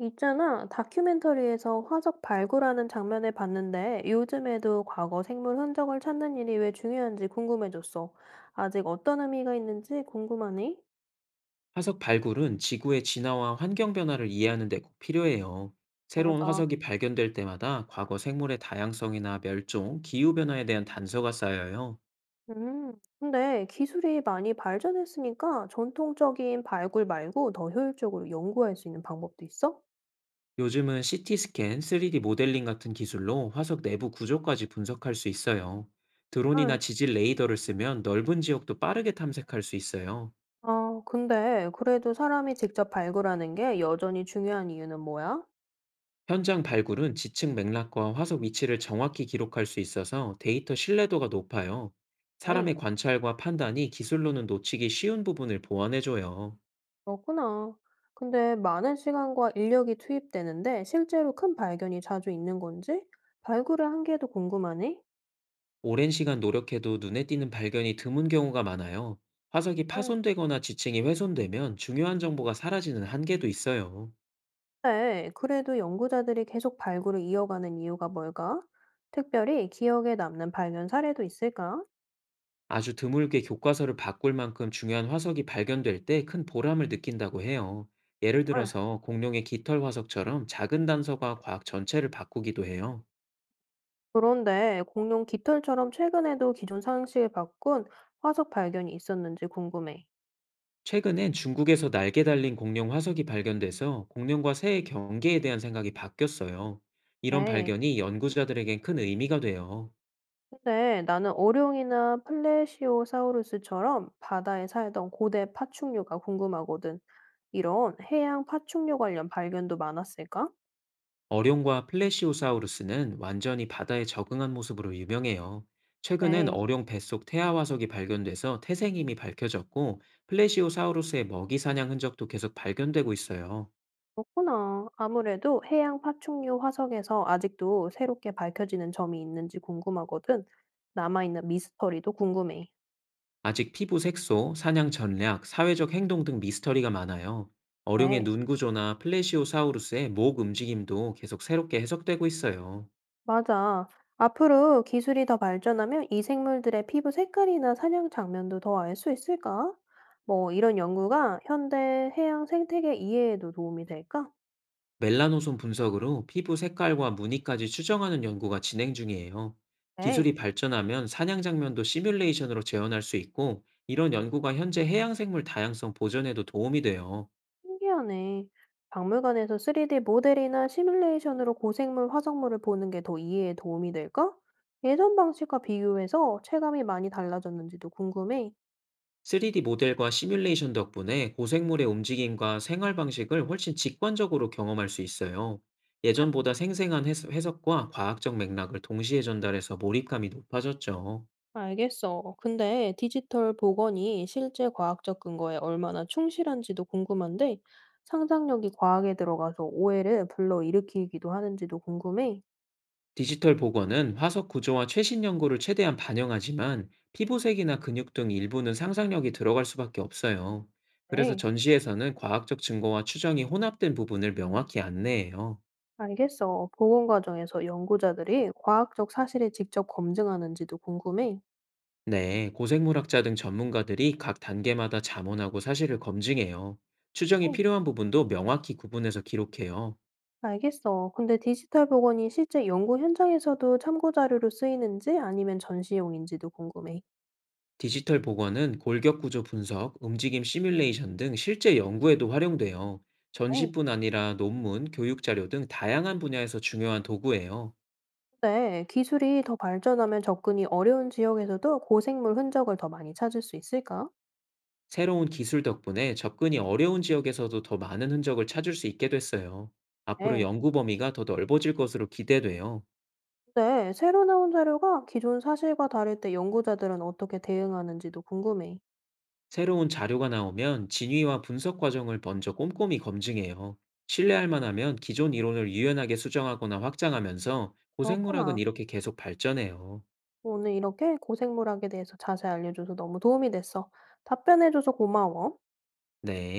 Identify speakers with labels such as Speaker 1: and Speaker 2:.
Speaker 1: 있잖아, 다큐멘터리에서 화석 발굴하는 장면을 봤는데 요즘에도 과거 생물 흔적을 찾는 일이 왜 중요한지 궁금해졌어. 아직 어떤 의미가 있는지 궁금하니?
Speaker 2: 화석 발굴은 지구의 진화와 환경 변화를 이해하는 데 꼭 필요해요. 새로운
Speaker 1: 맞아.
Speaker 2: 화석이 발견될 때마다 과거 생물의 다양성이나 멸종, 기후 변화에 대한 단서가 쌓여요.
Speaker 1: 음, 근데 기술이 많이 발전했으니까 전통적인 발굴 말고 더 효율적으로 연구할 수 있는 방법도 있어?
Speaker 2: 요즘은 CT 스캔, 3D 모델링 같은 기술로 화석 내부 구조까지 분석할 수 있어요. 드론이나
Speaker 1: 응.
Speaker 2: 지질 레이더를 쓰면 넓은 지역도 빠르게 탐색할 수 있어요.
Speaker 1: 아, 근데 그래도 사람이 직접 발굴하는 게 여전히 중요한 이유는 뭐야?
Speaker 2: 현장 발굴은 지층 맥락과 화석 위치를 정확히 기록할 수 있어서 데이터 신뢰도가 높아요.
Speaker 1: 에이.
Speaker 2: 사람의 관찰과 판단이 기술로는 놓치기 쉬운 부분을 보완해줘요.
Speaker 1: 그렇구나. 근데 많은 시간과 인력이 투입되는데 실제로 큰 발견이 자주 있는 건지 발굴을 한 게도 궁금하네.
Speaker 2: 오랜 시간 노력해도 눈에 띄는 발견이 드문 경우가 많아요. 화석이
Speaker 1: 아,
Speaker 2: 파손되거나 지층이 훼손되면 중요한 정보가 사라지는 한계도 있어요.
Speaker 1: 네, 그래도 연구자들이 계속 발굴을 이어가는 이유가 뭘까? 특별히 기억에 남는 발견 사례도 있을까?
Speaker 2: 아주 드물게 교과서를 바꿀 만큼 중요한 화석이 발견될 때 큰 보람을 느낀다고 해요. 예를
Speaker 1: 아,
Speaker 2: 들어서 공룡의 깃털 화석처럼 작은 단서가 과학 전체를 바꾸기도 해요.
Speaker 1: 그런데 공룡 깃털처럼 최근에도 기존 상식을 바꾼 화석 발견이 있었는지 궁금해.
Speaker 2: 최근엔 중국에서 날개 달린 공룡 화석이 발견돼서 공룡과 새의 경계에 대한 생각이 바뀌었어요. 이런
Speaker 1: 네,
Speaker 2: 발견이 연구자들에겐 큰 의미가 돼요.
Speaker 1: 근데 나는 어룡이나 플레시오사우루스처럼 바다에 살던 고대 파충류가 궁금하거든. 이런 해양 파충류 관련 발견도 많았을까?
Speaker 2: 어룡과 플래시오사우루스는 완전히 바다에 적응한 모습으로 유명해요. 최근엔
Speaker 1: 네,
Speaker 2: 어룡 뱃속 태아 화석이 발견돼서 태생임이 밝혀졌고 플래시오사우루스의 먹이 사냥 흔적도 계속 발견되고 있어요.
Speaker 1: 그렇구나. 아무래도 해양 파충류 화석에서 아직도 새롭게 밝혀지는 점이 있는지 궁금하거든. 남아있는 미스터리도 궁금해.
Speaker 2: 아직 피부 색소, 사냥 전략, 사회적 행동 등 미스터리가 많아요.
Speaker 1: 네,
Speaker 2: 어룡의 눈 구조나 플레시오사우루스의 목 움직임도 계속 새롭게 해석되고 있어요.
Speaker 1: 맞아. 앞으로 기술이 더 발전하면 이 생물들의 피부 색깔이나 사냥 장면도 더 알 수 있을까? 뭐 이런 연구가 현대 해양 생태계 이해에도 도움이 될까?
Speaker 2: 멜라노손 분석으로 피부 색깔과 무늬까지 추정하는 연구가 진행 중이에요.
Speaker 1: 네.
Speaker 2: 기술이 발전하면 사냥 장면도 시뮬레이션으로 재현할 수 있고, 이런 연구가 현재 해양생물 다양성 보존에도 도움이 돼요.
Speaker 1: 신기하네. 박물관에서 3D 모델이나 시뮬레이션으로 고생물 화석물을 보는 게 더 이해에 도움이 될까? 예전 방식과 비교해서 체감이 많이 달라졌는지도 궁금해.
Speaker 2: 3D 모델과 시뮬레이션 덕분에 고생물의 움직임과 생활 방식을 훨씬 직관적으로 경험할 수 있어요. 예전보다 생생한 해석과 과학적 맥락을 동시에 전달해서 몰입감이 높아졌죠.
Speaker 1: 알겠어. 근데 디지털 복원이 실제 과학적 근거에 얼마나 충실한지도 궁금한데, 상상력이 과학에 들어가서 오해를 불러일으키기도 하는지도 궁금해.
Speaker 2: 디지털 복원은 화석 구조와 최신 연구를 최대한 반영하지만 피부색이나 근육 등 일부는 상상력이 들어갈 수밖에 없어요. 그래서
Speaker 1: 네,
Speaker 2: 전시에서는 과학적 증거와 추정이 혼합된 부분을 명확히 안내해요.
Speaker 1: 알겠어. 복원 과정에서 연구자들이 과학적 사실을 직접 검증하는지도 궁금해.
Speaker 2: 네, 고생물학자 등 전문가들이 각 단계마다 자문하고 사실을 검증해요. 추정이 필요한 부분도 명확히 구분해서 기록해요.
Speaker 1: 알겠어. 근데 디지털 복원이 실제 연구 현장에서도 참고 자료로 쓰이는지 아니면 전시용인지도 궁금해.
Speaker 2: 디지털 복원은 골격 구조 분석, 움직임 시뮬레이션 등 실제 연구에도 활용돼요.
Speaker 1: 네.
Speaker 2: 전시뿐 아니라 논문, 교육 자료 등 다양한 분야에서 중요한 도구예요.
Speaker 1: 데 기술이 더 발전하면 접근이 어려운 지역에서도 고생물 흔적을 더 많이 찾을 수 있을까?
Speaker 2: 새로운 기술 덕분에 접근이 어려운 지역에서도 더 많은 흔적을 찾을 수 있게 됐어요. 앞으로
Speaker 1: 네.
Speaker 2: 연구 범위가 더 넓어질 것으로 기대돼요.
Speaker 1: 데 새로 나온 자료가 기존 사실과 다를 때 연구자들은 어떻게 대응하는지도 궁금해.
Speaker 2: 새로운 자료가 나오면 진위와 분석 과정을 먼저 꼼꼼히 검증해요. 신뢰할 만하면 기존 이론을 유연하게 수정하거나 확장하면서
Speaker 1: 그렇구나.
Speaker 2: 고생물학은 이렇게 계속 발전해요.
Speaker 1: 오늘 이렇게 고생물학에 대해서 자세히 알려줘서 너무 도움이 됐어. 답변해줘서 고마워.
Speaker 2: 네.